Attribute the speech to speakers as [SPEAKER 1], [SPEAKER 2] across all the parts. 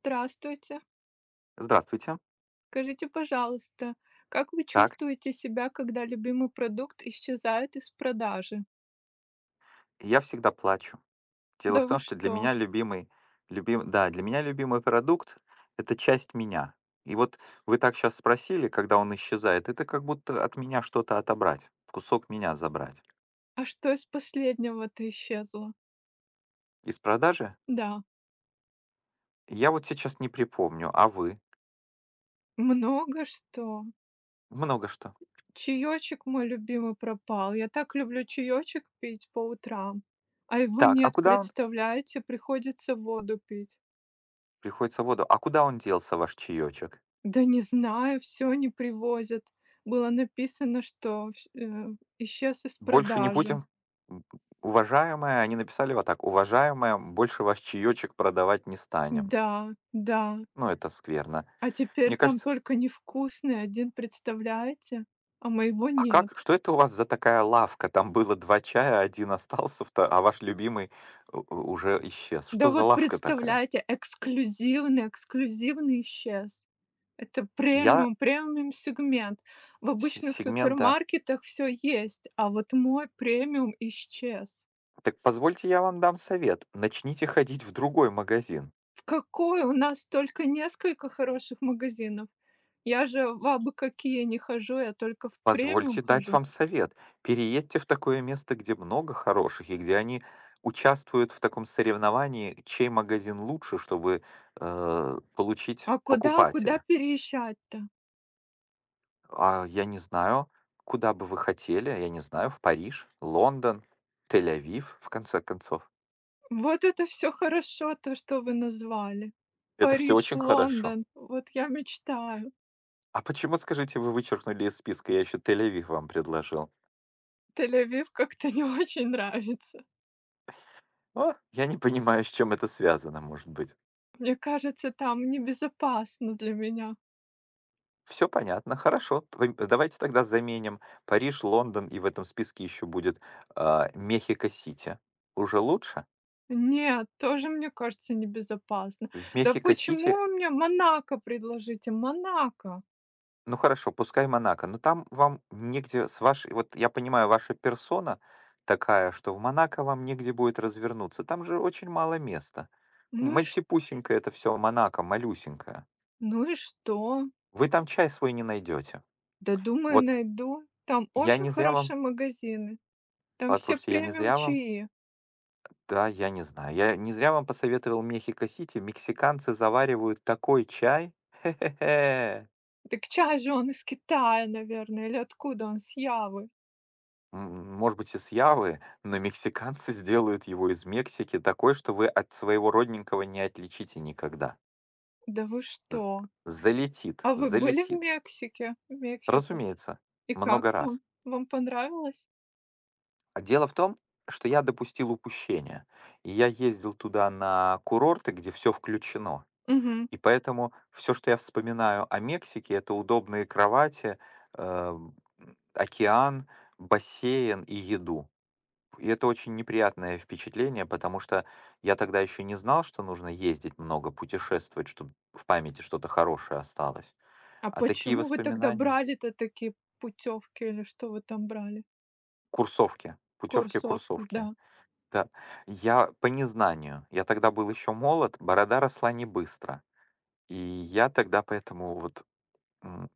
[SPEAKER 1] Здравствуйте.
[SPEAKER 2] Здравствуйте.
[SPEAKER 1] Скажите, пожалуйста, как вы
[SPEAKER 2] Так,
[SPEAKER 1] чувствуете себя, когда любимый продукт исчезает из продажи?
[SPEAKER 2] я всегда плачу. Дело
[SPEAKER 1] Да
[SPEAKER 2] в
[SPEAKER 1] вы
[SPEAKER 2] том, что для
[SPEAKER 1] что?
[SPEAKER 2] меня любимый, да, для меня любимый продукт— это часть меня. И вот вы так сейчас спросили, когда он исчезает, это как будто от меня что-то отобрать, кусок меня забрать.
[SPEAKER 1] А что из последнего-то исчезло?
[SPEAKER 2] Из продажи?
[SPEAKER 1] Да,
[SPEAKER 2] Я вот сейчас не припомню, а вы?
[SPEAKER 1] много что.
[SPEAKER 2] Много что.
[SPEAKER 1] Чаечек мой любимый пропал. Я так люблю чаечек пить по утрам. А его
[SPEAKER 2] Так, а
[SPEAKER 1] нет,
[SPEAKER 2] куда он?
[SPEAKER 1] представляете, приходится воду пить.
[SPEAKER 2] Приходится в воду. А куда он делся, ваш чаечек?
[SPEAKER 1] Да не знаю, все не привозят. Было написано, что исчез из
[SPEAKER 2] Больше не
[SPEAKER 1] продажи.
[SPEAKER 2] будем? М, Уважаемая, они написали вот так, уважаемая, больше ваш чаечек продавать не станем.
[SPEAKER 1] Да, да.
[SPEAKER 2] Ну, это скверно.
[SPEAKER 1] А теперь
[SPEAKER 2] Мне
[SPEAKER 1] там
[SPEAKER 2] кажется,
[SPEAKER 1] только невкусный один, представляете? А моего
[SPEAKER 2] а как,
[SPEAKER 1] нет.
[SPEAKER 2] что это у вас за такая лавка? Там было 2 чая, один остался, вто а ваш любимый у уже исчез.
[SPEAKER 1] Да
[SPEAKER 2] Что за
[SPEAKER 1] вот
[SPEAKER 2] лавка такая?
[SPEAKER 1] представляете, эксклюзивный, эксклюзивный исчез. Это
[SPEAKER 2] Я
[SPEAKER 1] премиум, премиум сегмент. В
[SPEAKER 2] с
[SPEAKER 1] обычных
[SPEAKER 2] сегмента.
[SPEAKER 1] супермаркетах все есть, а вот мой премиум исчез.
[SPEAKER 2] «Так позвольте, я вам дам совет». Начните ходить в другой магазин.
[SPEAKER 1] В какой? У нас только несколько хороших магазинов. Я же в абы какие не хожу, я только в премиум
[SPEAKER 2] Позвольте дать
[SPEAKER 1] хожу.
[SPEAKER 2] вам совет. Переедьте в такое место, где много хороших и где они участвуют в таком соревновании, чей магазин лучше, чтобы, получить
[SPEAKER 1] А куда, куда
[SPEAKER 2] покупателя.
[SPEAKER 1] переезжать-то?
[SPEAKER 2] А, я не знаю, куда бы вы хотели, я не знаю, в Париж, Лондон, Тель-Авив, в конце концов.
[SPEAKER 1] Вот это все хорошо, то, что вы назвали.
[SPEAKER 2] Это все
[SPEAKER 1] Париж,
[SPEAKER 2] очень хорошо.
[SPEAKER 1] Лондон. Вот я мечтаю.
[SPEAKER 2] А почему, скажите, вы вычеркнули из списка, я еще Тель-Авив вам предложил?
[SPEAKER 1] Тель-Авив как-то не очень нравится.
[SPEAKER 2] О, я не понимаю, с чем это связано, может быть.
[SPEAKER 1] Мне кажется, там небезопасно для меня.
[SPEAKER 2] Все понятно, хорошо. Давайте тогда заменим Париж, Лондон, и в этом списке еще будет Мехико-Сити. Уже лучше?
[SPEAKER 1] Нет, тоже мне кажется небезопасно.
[SPEAKER 2] В
[SPEAKER 1] Да почему
[SPEAKER 2] Мехико-Сити.
[SPEAKER 1] вы мне Монако предложите? Монако.
[SPEAKER 2] Ну хорошо, пускай Монако, но там вам негде с вашей, вот я понимаю, ваша персона такая, что в Монако вам негде будет развернуться, там же очень мало места.
[SPEAKER 1] Ну и ш
[SPEAKER 2] Мальтипусенькое это все Монако, малюсенькое.
[SPEAKER 1] ну и что?
[SPEAKER 2] Вы там чай свой не найдете.
[SPEAKER 1] Да думаю,
[SPEAKER 2] Вот
[SPEAKER 1] найду. Там
[SPEAKER 2] я
[SPEAKER 1] очень
[SPEAKER 2] не зря вам,
[SPEAKER 1] хорошие магазины. Там все
[SPEAKER 2] послушайте, я не
[SPEAKER 1] премиум
[SPEAKER 2] зря вам,
[SPEAKER 1] чаи.
[SPEAKER 2] да, я не знаю, я не зря вам посоветовал Мехико-Сити, мексиканцы заваривают такой чай, хе-хе-хе.
[SPEAKER 1] Так чай же он из Китая, наверное, или откуда он, с Явы.
[SPEAKER 2] Может быть, из Явы, но мексиканцы сделают его из Мексики такой, что вы от своего родненького не отличите никогда.
[SPEAKER 1] Да вы что?
[SPEAKER 2] З- Залетит,
[SPEAKER 1] А вы были в
[SPEAKER 2] залетит.
[SPEAKER 1] Мексике? Мексика.
[SPEAKER 2] Разумеется,
[SPEAKER 1] И
[SPEAKER 2] много
[SPEAKER 1] как там?
[SPEAKER 2] раз.
[SPEAKER 1] Вам понравилось?
[SPEAKER 2] А дело в том, что я допустил упущение. И я ездил туда на курорты, где все включено.
[SPEAKER 1] Мгм.
[SPEAKER 2] И поэтому все, что я вспоминаю о Мексике, это удобные кровати, э, океан, бассейн и еду. И это очень неприятное впечатление, потому что я тогда еще не знал, что нужно ездить много, путешествовать, чтобы в памяти что-то хорошее осталось.
[SPEAKER 1] А
[SPEAKER 2] А такие
[SPEAKER 1] почему вы тогда
[SPEAKER 2] воспоминания.
[SPEAKER 1] брали-то такие путевки или что вы там брали?
[SPEAKER 2] Курсовки, путевки
[SPEAKER 1] Курсовки, да.
[SPEAKER 2] курсовки. Да, я по незнанию. Я тогда был еще молод, борода росла не быстро. И я тогда поэтому вот м,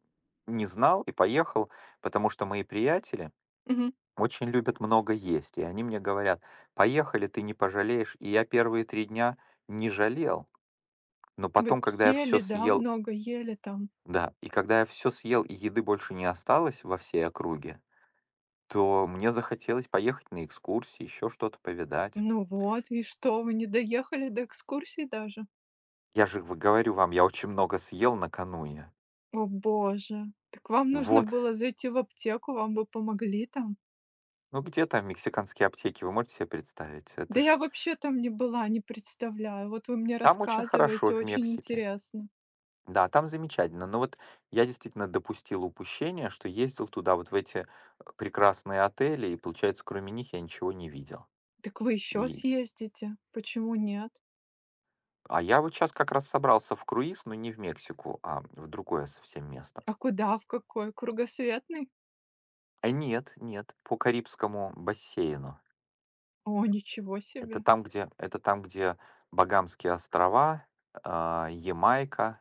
[SPEAKER 2] не знал и поехал, потому что мои приятели
[SPEAKER 1] Мгм.
[SPEAKER 2] очень любят много есть. И они мне говорят, поехали, ты не пожалеешь. И я первые 3 дня не жалел. Но
[SPEAKER 1] Вы
[SPEAKER 2] потом, когда я все
[SPEAKER 1] ели, да,
[SPEAKER 2] съел,
[SPEAKER 1] много ели там.
[SPEAKER 2] да, и когда я все съел и еды больше не осталось во всей округе, то мне захотелось поехать на экскурсии, еще что-то повидать.
[SPEAKER 1] Ну вот, и что, вы не доехали до экскурсии даже?
[SPEAKER 2] Я же в говорю вам, я очень много съел накануне.
[SPEAKER 1] О боже, так вам нужно
[SPEAKER 2] Вот.
[SPEAKER 1] было зайти в аптеку, вам бы помогли там.
[SPEAKER 2] Ну где там мексиканские аптеки, вы можете себе представить?
[SPEAKER 1] Да
[SPEAKER 2] Это
[SPEAKER 1] я
[SPEAKER 2] ж
[SPEAKER 1] вообще там не была, не представляю. Вот вы мне
[SPEAKER 2] там очень хорошо
[SPEAKER 1] рассказываете,
[SPEAKER 2] в
[SPEAKER 1] очень
[SPEAKER 2] Мексике.
[SPEAKER 1] интересно.
[SPEAKER 2] Да, там замечательно. Но вот я действительно допустил упущение, что ездил туда вот в эти, прекрасные отели, и получается, кроме них я ничего не видел.
[SPEAKER 1] Так вы еще
[SPEAKER 2] И
[SPEAKER 1] съездите? Почему нет?
[SPEAKER 2] А я вот сейчас как раз собрался в круиз, но не в Мексику, а в другое совсем место.
[SPEAKER 1] А куда, в какой? Кругосветный?
[SPEAKER 2] А нет, нет, по Карибскому бассейну.
[SPEAKER 1] О, ничего
[SPEAKER 2] Это
[SPEAKER 1] себе.
[SPEAKER 2] там, где, это там, где Багамские острова, Ямайка,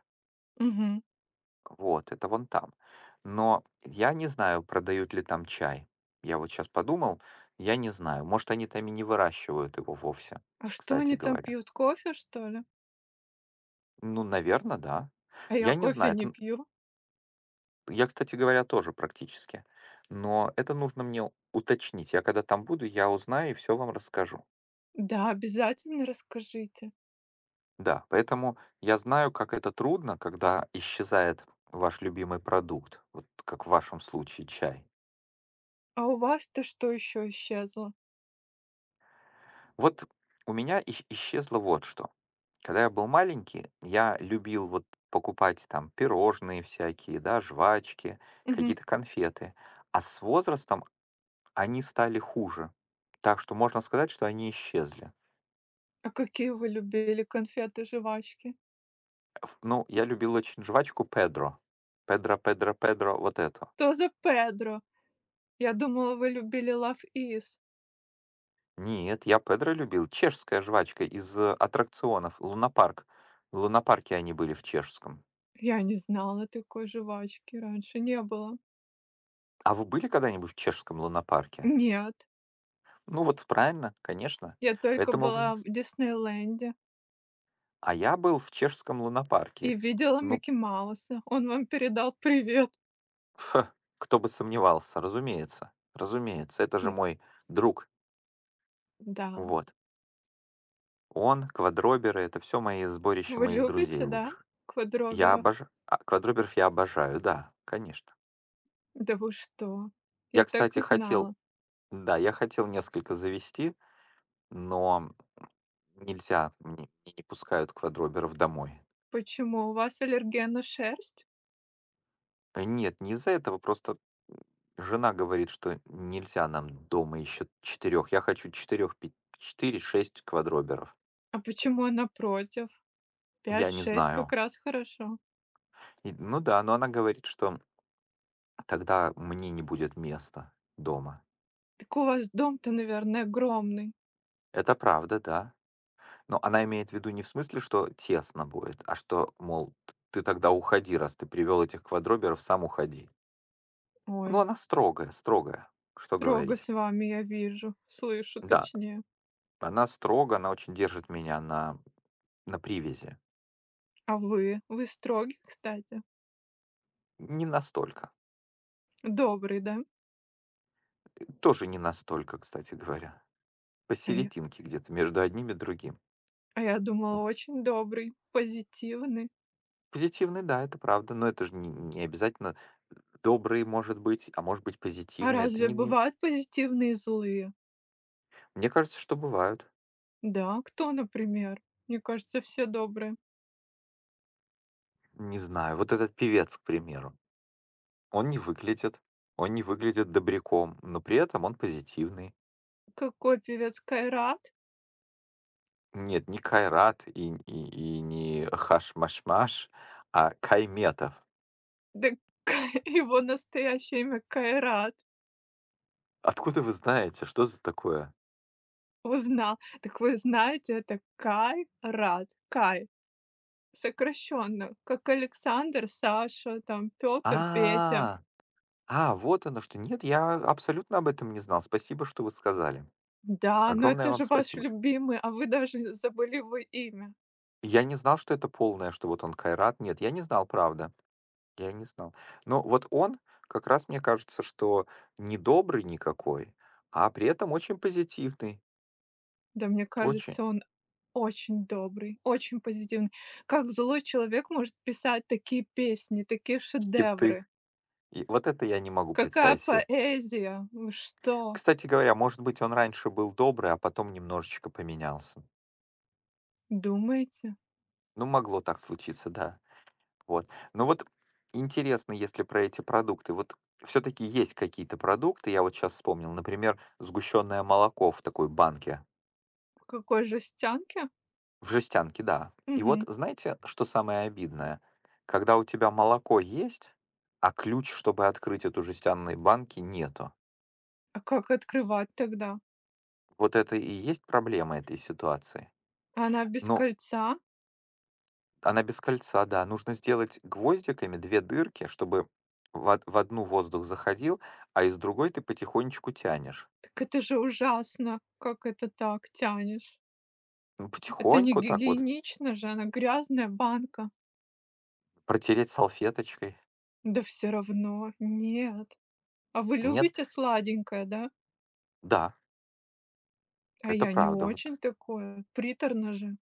[SPEAKER 1] Мгм.
[SPEAKER 2] вот, это вон там. Но я не знаю, продают ли там чай. Я вот сейчас подумал, я не знаю. Может, они там и не выращивают его вовсе,
[SPEAKER 1] А что
[SPEAKER 2] кстати
[SPEAKER 1] они там
[SPEAKER 2] говоря.
[SPEAKER 1] пьют, кофе, что ли?
[SPEAKER 2] Ну, наверное, да.
[SPEAKER 1] А я
[SPEAKER 2] Я не
[SPEAKER 1] кофе
[SPEAKER 2] знаю,
[SPEAKER 1] не
[SPEAKER 2] это.
[SPEAKER 1] пью.
[SPEAKER 2] Я, кстати говоря, тоже практически. Но это нужно мне уточнить. Я когда там буду, я узнаю и все вам расскажу.
[SPEAKER 1] Да, обязательно расскажите.
[SPEAKER 2] Да, поэтому я знаю, как это трудно, когда исчезает ваш любимый продукт, вот как в вашем случае чай.
[SPEAKER 1] А у вас-то что еще исчезло?
[SPEAKER 2] Вот у меня исчезло вот что. Когда я был маленький, я любил вот покупать там пирожные всякие, да, жвачки,
[SPEAKER 1] Мгм.
[SPEAKER 2] какие-то конфеты. А с возрастом они стали хуже. Так что можно сказать, что они исчезли.
[SPEAKER 1] А какие вы любили конфеты, жвачки?
[SPEAKER 2] Ну, я любил очень жвачку Педро. Педро, Педро, Педро, вот эту.
[SPEAKER 1] Что за Педро? Я думала, вы любили Love Is.
[SPEAKER 2] Нет, я Педро любил. Чешская жвачка из аттракционов. Лунопарк. В Лунопарке они были в чешском.
[SPEAKER 1] Я не знала такой жвачки, раньше не было.
[SPEAKER 2] А вы были когда-нибудь в чешском лунопарке?
[SPEAKER 1] Нет,
[SPEAKER 2] Ну вот правильно, конечно.
[SPEAKER 1] я только
[SPEAKER 2] Поэтому... вы не
[SPEAKER 1] была в
[SPEAKER 2] с-
[SPEAKER 1] Диснейленде.
[SPEAKER 2] А я был в чешском
[SPEAKER 1] И
[SPEAKER 2] лунопарке.
[SPEAKER 1] видела
[SPEAKER 2] Ну,
[SPEAKER 1] Микки Мауса. Он вам передал привет.
[SPEAKER 2] кто бы сомневался, разумеется. Разумеется, это же
[SPEAKER 1] Он
[SPEAKER 2] мой друг.
[SPEAKER 1] да.
[SPEAKER 2] Вот. Квадроберы, это все мои сборища
[SPEAKER 1] Вы
[SPEAKER 2] моих друзей
[SPEAKER 1] любите, да,
[SPEAKER 2] лучших.
[SPEAKER 1] квадроберов?
[SPEAKER 2] Квадруберов я обожаю, да, конечно.
[SPEAKER 1] Да вы что? Я
[SPEAKER 2] Я,
[SPEAKER 1] так
[SPEAKER 2] кстати,
[SPEAKER 1] и
[SPEAKER 2] хотел,
[SPEAKER 1] знала.
[SPEAKER 2] да, я хотел несколько завести, но нельзя, мне не пускают квадроберов домой.
[SPEAKER 1] Почему у вас аллергия на шерсть?
[SPEAKER 2] Нет, не из-за этого, просто, м, жена говорит, что нельзя нам дома еще четырех. Я хочу четырех, четыре, шесть квадроберов.
[SPEAKER 1] А почему она против? Пять
[SPEAKER 2] Я не
[SPEAKER 1] шесть, как
[SPEAKER 2] знаю.
[SPEAKER 1] раз хорошо.
[SPEAKER 2] И ну да, но она говорит, что тогда мне не будет места дома.
[SPEAKER 1] Так у вас дом-то, наверное, огромный.
[SPEAKER 2] Это правда, да. Но она имеет в виду не в смысле, что тесно будет, а что, мол, ты тогда уходи, раз ты привел этих квадроберов, сам уходи. Ну,
[SPEAKER 1] Ой,
[SPEAKER 2] она строгая, строгая, что
[SPEAKER 1] строго
[SPEAKER 2] говорить.
[SPEAKER 1] с вами я вижу, слышу
[SPEAKER 2] Да,
[SPEAKER 1] точнее.
[SPEAKER 2] она строга, она очень держит меня на привязи.
[SPEAKER 1] А вы? Вы строгий, кстати?
[SPEAKER 2] Не настолько.
[SPEAKER 1] Добрый, да?
[SPEAKER 2] Тоже не настолько, кстати говоря.
[SPEAKER 1] А я,
[SPEAKER 2] Посерединке где-то, между одним и другим.
[SPEAKER 1] а я
[SPEAKER 2] В-
[SPEAKER 1] думала, очень добрый, позитивный.
[SPEAKER 2] Позитивный, да, это правда, но это же не обязательно добрый, может быть, а может быть
[SPEAKER 1] А
[SPEAKER 2] позитивный.
[SPEAKER 1] разве бывают позитивные и злые?
[SPEAKER 2] Мне кажется, что бывают.
[SPEAKER 1] Да, кто, например? Мне кажется, все добрые.
[SPEAKER 2] Не знаю, вот этот певец, к примеру. Он не выглядит, он не выглядит добряком, но при этом он позитивный.
[SPEAKER 1] Какой певец Кайрат?
[SPEAKER 2] Нет, не Кайрат и не Хашмашмаш, а Кайметов.
[SPEAKER 1] Да его настоящее имя Кайрат.
[SPEAKER 2] Откуда вы знаете, что за такое?
[SPEAKER 1] Узнал. Так вы знаете, это Кайрат. Кай. Сокращенно. Как Александр, Саша, там, Петр, Петя.
[SPEAKER 2] А, а, вот оно что. Нет, я абсолютно об этом не знал. Спасибо, что вы сказали.
[SPEAKER 1] Да, но
[SPEAKER 2] Огромное
[SPEAKER 1] это
[SPEAKER 2] вам
[SPEAKER 1] же ваш
[SPEAKER 2] спасибо.
[SPEAKER 1] любимый, а вы даже забыли его имя.
[SPEAKER 2] Я не знал, что это полное, что вот он Кайрат. Нет, я не знал, правда. Я не знал. Но вот он, как раз мне кажется, что не добрый никакой, а при этом очень позитивный.
[SPEAKER 1] Да мне
[SPEAKER 2] Очень.
[SPEAKER 1] кажется, он очень добрый, очень позитивный. Как злой человек может писать такие песни, такие
[SPEAKER 2] Хиты.
[SPEAKER 1] шедевры?
[SPEAKER 2] И вот это я не могу
[SPEAKER 1] Какая
[SPEAKER 2] представить себе.
[SPEAKER 1] поэзия? Вы что,
[SPEAKER 2] Кстати говоря, может быть, он раньше был добрый, а потом немножечко поменялся.
[SPEAKER 1] думаете?
[SPEAKER 2] Ну, могло так случиться, да. Вот. Но вот интересно, если про эти продукты. Вот все-таки есть какие-то продукты, я вот сейчас вспомнил, например, сгущенное молоко в такой банке,
[SPEAKER 1] В какой жестянке?
[SPEAKER 2] в жестянке, да. И вот
[SPEAKER 1] Мгм.
[SPEAKER 2] знаете, что самое обидное? Когда у тебя молоко есть, а ключ, чтобы открыть эту жестяную банки, нету.
[SPEAKER 1] А как открывать тогда?
[SPEAKER 2] Вот это и есть проблема этой ситуации.
[SPEAKER 1] Она без
[SPEAKER 2] Ну,
[SPEAKER 1] кольца?
[SPEAKER 2] она без кольца, да. Нужно сделать гвоздиками 2 дырки, чтобы в одну воздух заходил, а из другой ты потихонечку тянешь.
[SPEAKER 1] Так это же ужасно. Как это так тянешь?
[SPEAKER 2] Ну,
[SPEAKER 1] Это не
[SPEAKER 2] потихоньку так вот
[SPEAKER 1] гигиенично же, она грязная банка.
[SPEAKER 2] протереть салфеточкой.
[SPEAKER 1] Да все равно, нет. А вы
[SPEAKER 2] Нет,
[SPEAKER 1] любите сладенькое, да?
[SPEAKER 2] да,
[SPEAKER 1] А
[SPEAKER 2] это
[SPEAKER 1] я не
[SPEAKER 2] правда.
[SPEAKER 1] очень
[SPEAKER 2] Вот,
[SPEAKER 1] такое, приторно же.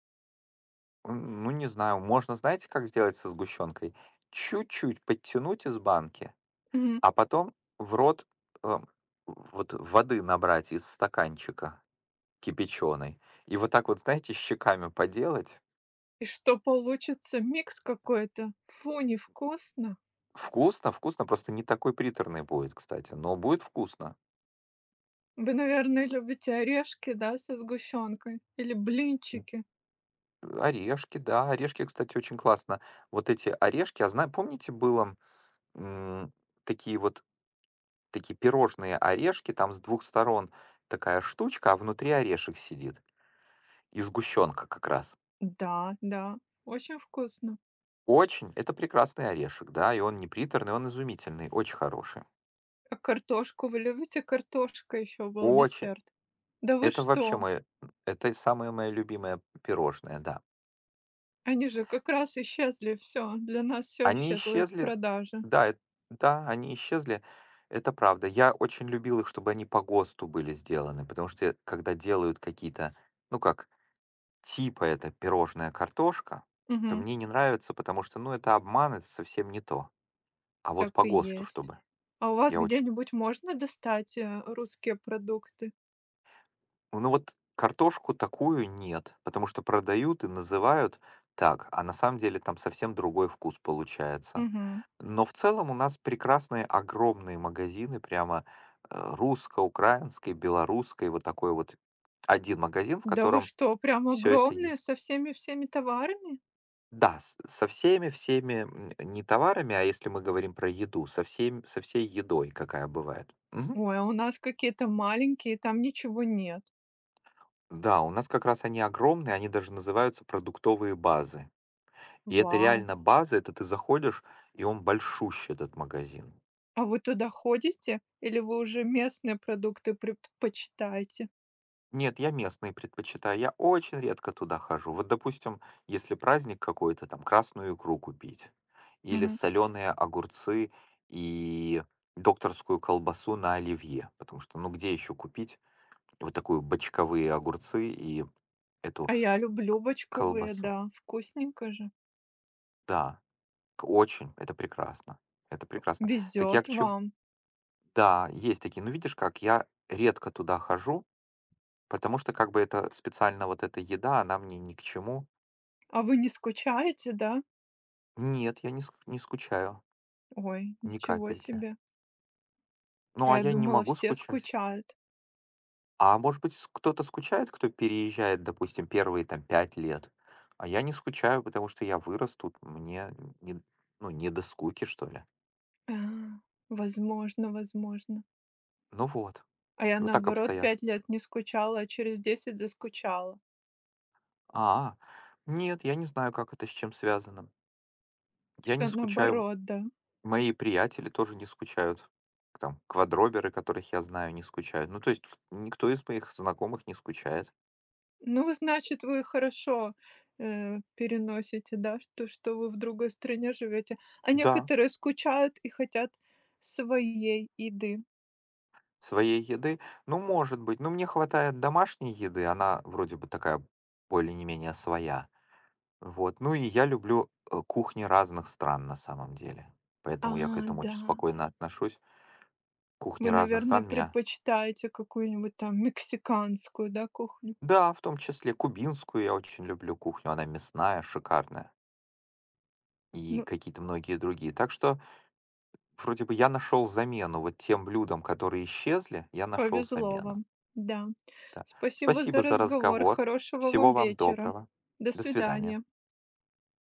[SPEAKER 2] м, ну, не знаю, можно, знаете, как сделать со сгущенкой? Чуть-чуть подтянуть из банки,
[SPEAKER 1] Мгм.
[SPEAKER 2] а потом в рот, э, вот воды набрать из стаканчика кипяченой. И вот так вот, знаете, щеками поделать.
[SPEAKER 1] И что получится? Микс какой-то. Фу, невкусно.
[SPEAKER 2] Вкусно, вкусно, просто не такой приторный будет, кстати, но будет вкусно.
[SPEAKER 1] Вы, наверное, любите орешки, да, со сгущенкой? Или
[SPEAKER 2] М,
[SPEAKER 1] блинчики?
[SPEAKER 2] Орешки, да, орешки, кстати, очень классно. Вот эти орешки, а помните, было м, такие вот такие пирожные орешки, там с двух сторон такая штучка, а внутри орешек сидит. И сгущенка как раз.
[SPEAKER 1] Да, да, очень вкусно.
[SPEAKER 2] Очень, это прекрасный орешек, да, и он не приторный, он изумительный, очень хороший.
[SPEAKER 1] А картошку вы любите? Картошка еще был
[SPEAKER 2] Очень.
[SPEAKER 1] десерт. Да вы
[SPEAKER 2] Это вообще
[SPEAKER 1] что?
[SPEAKER 2] мое, это самое мое любимое пирожное, да.
[SPEAKER 1] Они же как раз исчезли, все. Для нас все
[SPEAKER 2] Они
[SPEAKER 1] исчезло из
[SPEAKER 2] исчезли.
[SPEAKER 1] продажи.
[SPEAKER 2] Да, эт да, они исчезли. Это правда. Я очень любил их, чтобы они по ГОСТу были сделаны, потому что когда делают какие-то, ну, как типа это пирожная картошка, то
[SPEAKER 1] Мгм.
[SPEAKER 2] мне не нравится, потому что, ну, это обман, это совсем не то. А вот
[SPEAKER 1] Так
[SPEAKER 2] по
[SPEAKER 1] и
[SPEAKER 2] ГОСТу
[SPEAKER 1] есть.
[SPEAKER 2] чтобы.
[SPEAKER 1] А у вас
[SPEAKER 2] Я очень
[SPEAKER 1] где-нибудь можно достать русские продукты?
[SPEAKER 2] Ну, вот картошку такую нет, потому что продают и называют так, а на самом деле там совсем другой вкус получается.
[SPEAKER 1] Мгм.
[SPEAKER 2] Но в целом у нас прекрасные огромные магазины, прямо русско-украинской, белорусской, вот такой вот один магазин, в
[SPEAKER 1] Да вы
[SPEAKER 2] котором
[SPEAKER 1] что, прям
[SPEAKER 2] все это
[SPEAKER 1] огромные
[SPEAKER 2] есть.
[SPEAKER 1] со всеми всеми товарами?
[SPEAKER 2] Да, со всеми, всеми не товарами, а если мы говорим про еду, со всей едой, какая бывает. Мгм.
[SPEAKER 1] Ой, а у нас какие-то маленькие, там ничего нет.
[SPEAKER 2] Да, у нас как раз они огромные, они даже называются продуктовые базы. И это
[SPEAKER 1] Вау!
[SPEAKER 2] реально база, это ты заходишь, и он большущий, этот магазин.
[SPEAKER 1] А вы туда ходите или вы уже местные продукты предпочитаете?
[SPEAKER 2] Нет, я местные предпочитаю. Я очень редко туда хожу. Вот, допустим, если праздник какой-то, там красную икру купить, или
[SPEAKER 1] Мгм.
[SPEAKER 2] соленые огурцы и докторскую колбасу на оливье, потому что, ну, где еще купить вот такую бочковые огурцы и эту
[SPEAKER 1] А я люблю бочковые,
[SPEAKER 2] колбасу?
[SPEAKER 1] да, вкусненько же.
[SPEAKER 2] Да, очень, это прекрасно, это прекрасно. Так я к
[SPEAKER 1] Везет
[SPEAKER 2] чему?
[SPEAKER 1] вам.
[SPEAKER 2] Да, есть такие. Ну, видишь, как я редко туда хожу, потому что как бы это специально вот эта еда, она мне ни к чему.
[SPEAKER 1] А вы не скучаете, да?
[SPEAKER 2] Нет, я не скучаю,
[SPEAKER 1] Ой,
[SPEAKER 2] ни
[SPEAKER 1] ничего
[SPEAKER 2] капельки.
[SPEAKER 1] себе. А
[SPEAKER 2] Ну, а
[SPEAKER 1] я
[SPEAKER 2] я не
[SPEAKER 1] думала,
[SPEAKER 2] могу
[SPEAKER 1] все
[SPEAKER 2] скучать.
[SPEAKER 1] скучают.
[SPEAKER 2] А может быть, с кто-то скучает, кто переезжает, допустим, первые там 5 лет, а я не скучаю, потому что я вырос тут, мне не ну, не до скуки, что ли.
[SPEAKER 1] А, возможно, возможно.
[SPEAKER 2] Ну вот,
[SPEAKER 1] А я
[SPEAKER 2] вот так
[SPEAKER 1] наоборот
[SPEAKER 2] обстоят.
[SPEAKER 1] 5 лет не скучала, а через 10 заскучала.
[SPEAKER 2] А, нет, я не знаю, как это, с чем связано. Я не
[SPEAKER 1] Все
[SPEAKER 2] скучаю,
[SPEAKER 1] наоборот, да.
[SPEAKER 2] мои приятели тоже не скучают. Там квадроберы, которых я знаю, не скучают. Ну, то есть ф никто из моих знакомых не скучает.
[SPEAKER 1] Ну, значит, вы хорошо, переносите, да, что вы в другой стране живете. А
[SPEAKER 2] Да.
[SPEAKER 1] некоторые скучают и хотят своей еды.
[SPEAKER 2] Своей еды? Ну, может быть. Ну, мне хватает домашней еды, она вроде бы такая более не менее своя. Вот. Ну и я люблю кухни разных стран на самом деле.
[SPEAKER 1] А,
[SPEAKER 2] Поэтому я к этому
[SPEAKER 1] да.
[SPEAKER 2] очень спокойно отношусь.
[SPEAKER 1] Вы,
[SPEAKER 2] Кухни разных
[SPEAKER 1] наверное,
[SPEAKER 2] стран меня.
[SPEAKER 1] предпочитаете какую-нибудь там мексиканскую, да, кухню.
[SPEAKER 2] Да, в том числе кубинскую я очень люблю кухню. Она мясная, шикарная. И
[SPEAKER 1] Ну,
[SPEAKER 2] какие-то многие другие. Так что вроде бы я нашел замену вот тем блюдам, которые исчезли, я нашел
[SPEAKER 1] повезло
[SPEAKER 2] замену.
[SPEAKER 1] вам. Да.
[SPEAKER 2] Да.
[SPEAKER 1] Спасибо за
[SPEAKER 2] Спасибо за
[SPEAKER 1] разговор.
[SPEAKER 2] разговор.
[SPEAKER 1] Хорошего вам
[SPEAKER 2] Всего вам
[SPEAKER 1] вечера.
[SPEAKER 2] доброго.
[SPEAKER 1] До
[SPEAKER 2] До свидания.
[SPEAKER 1] свидания.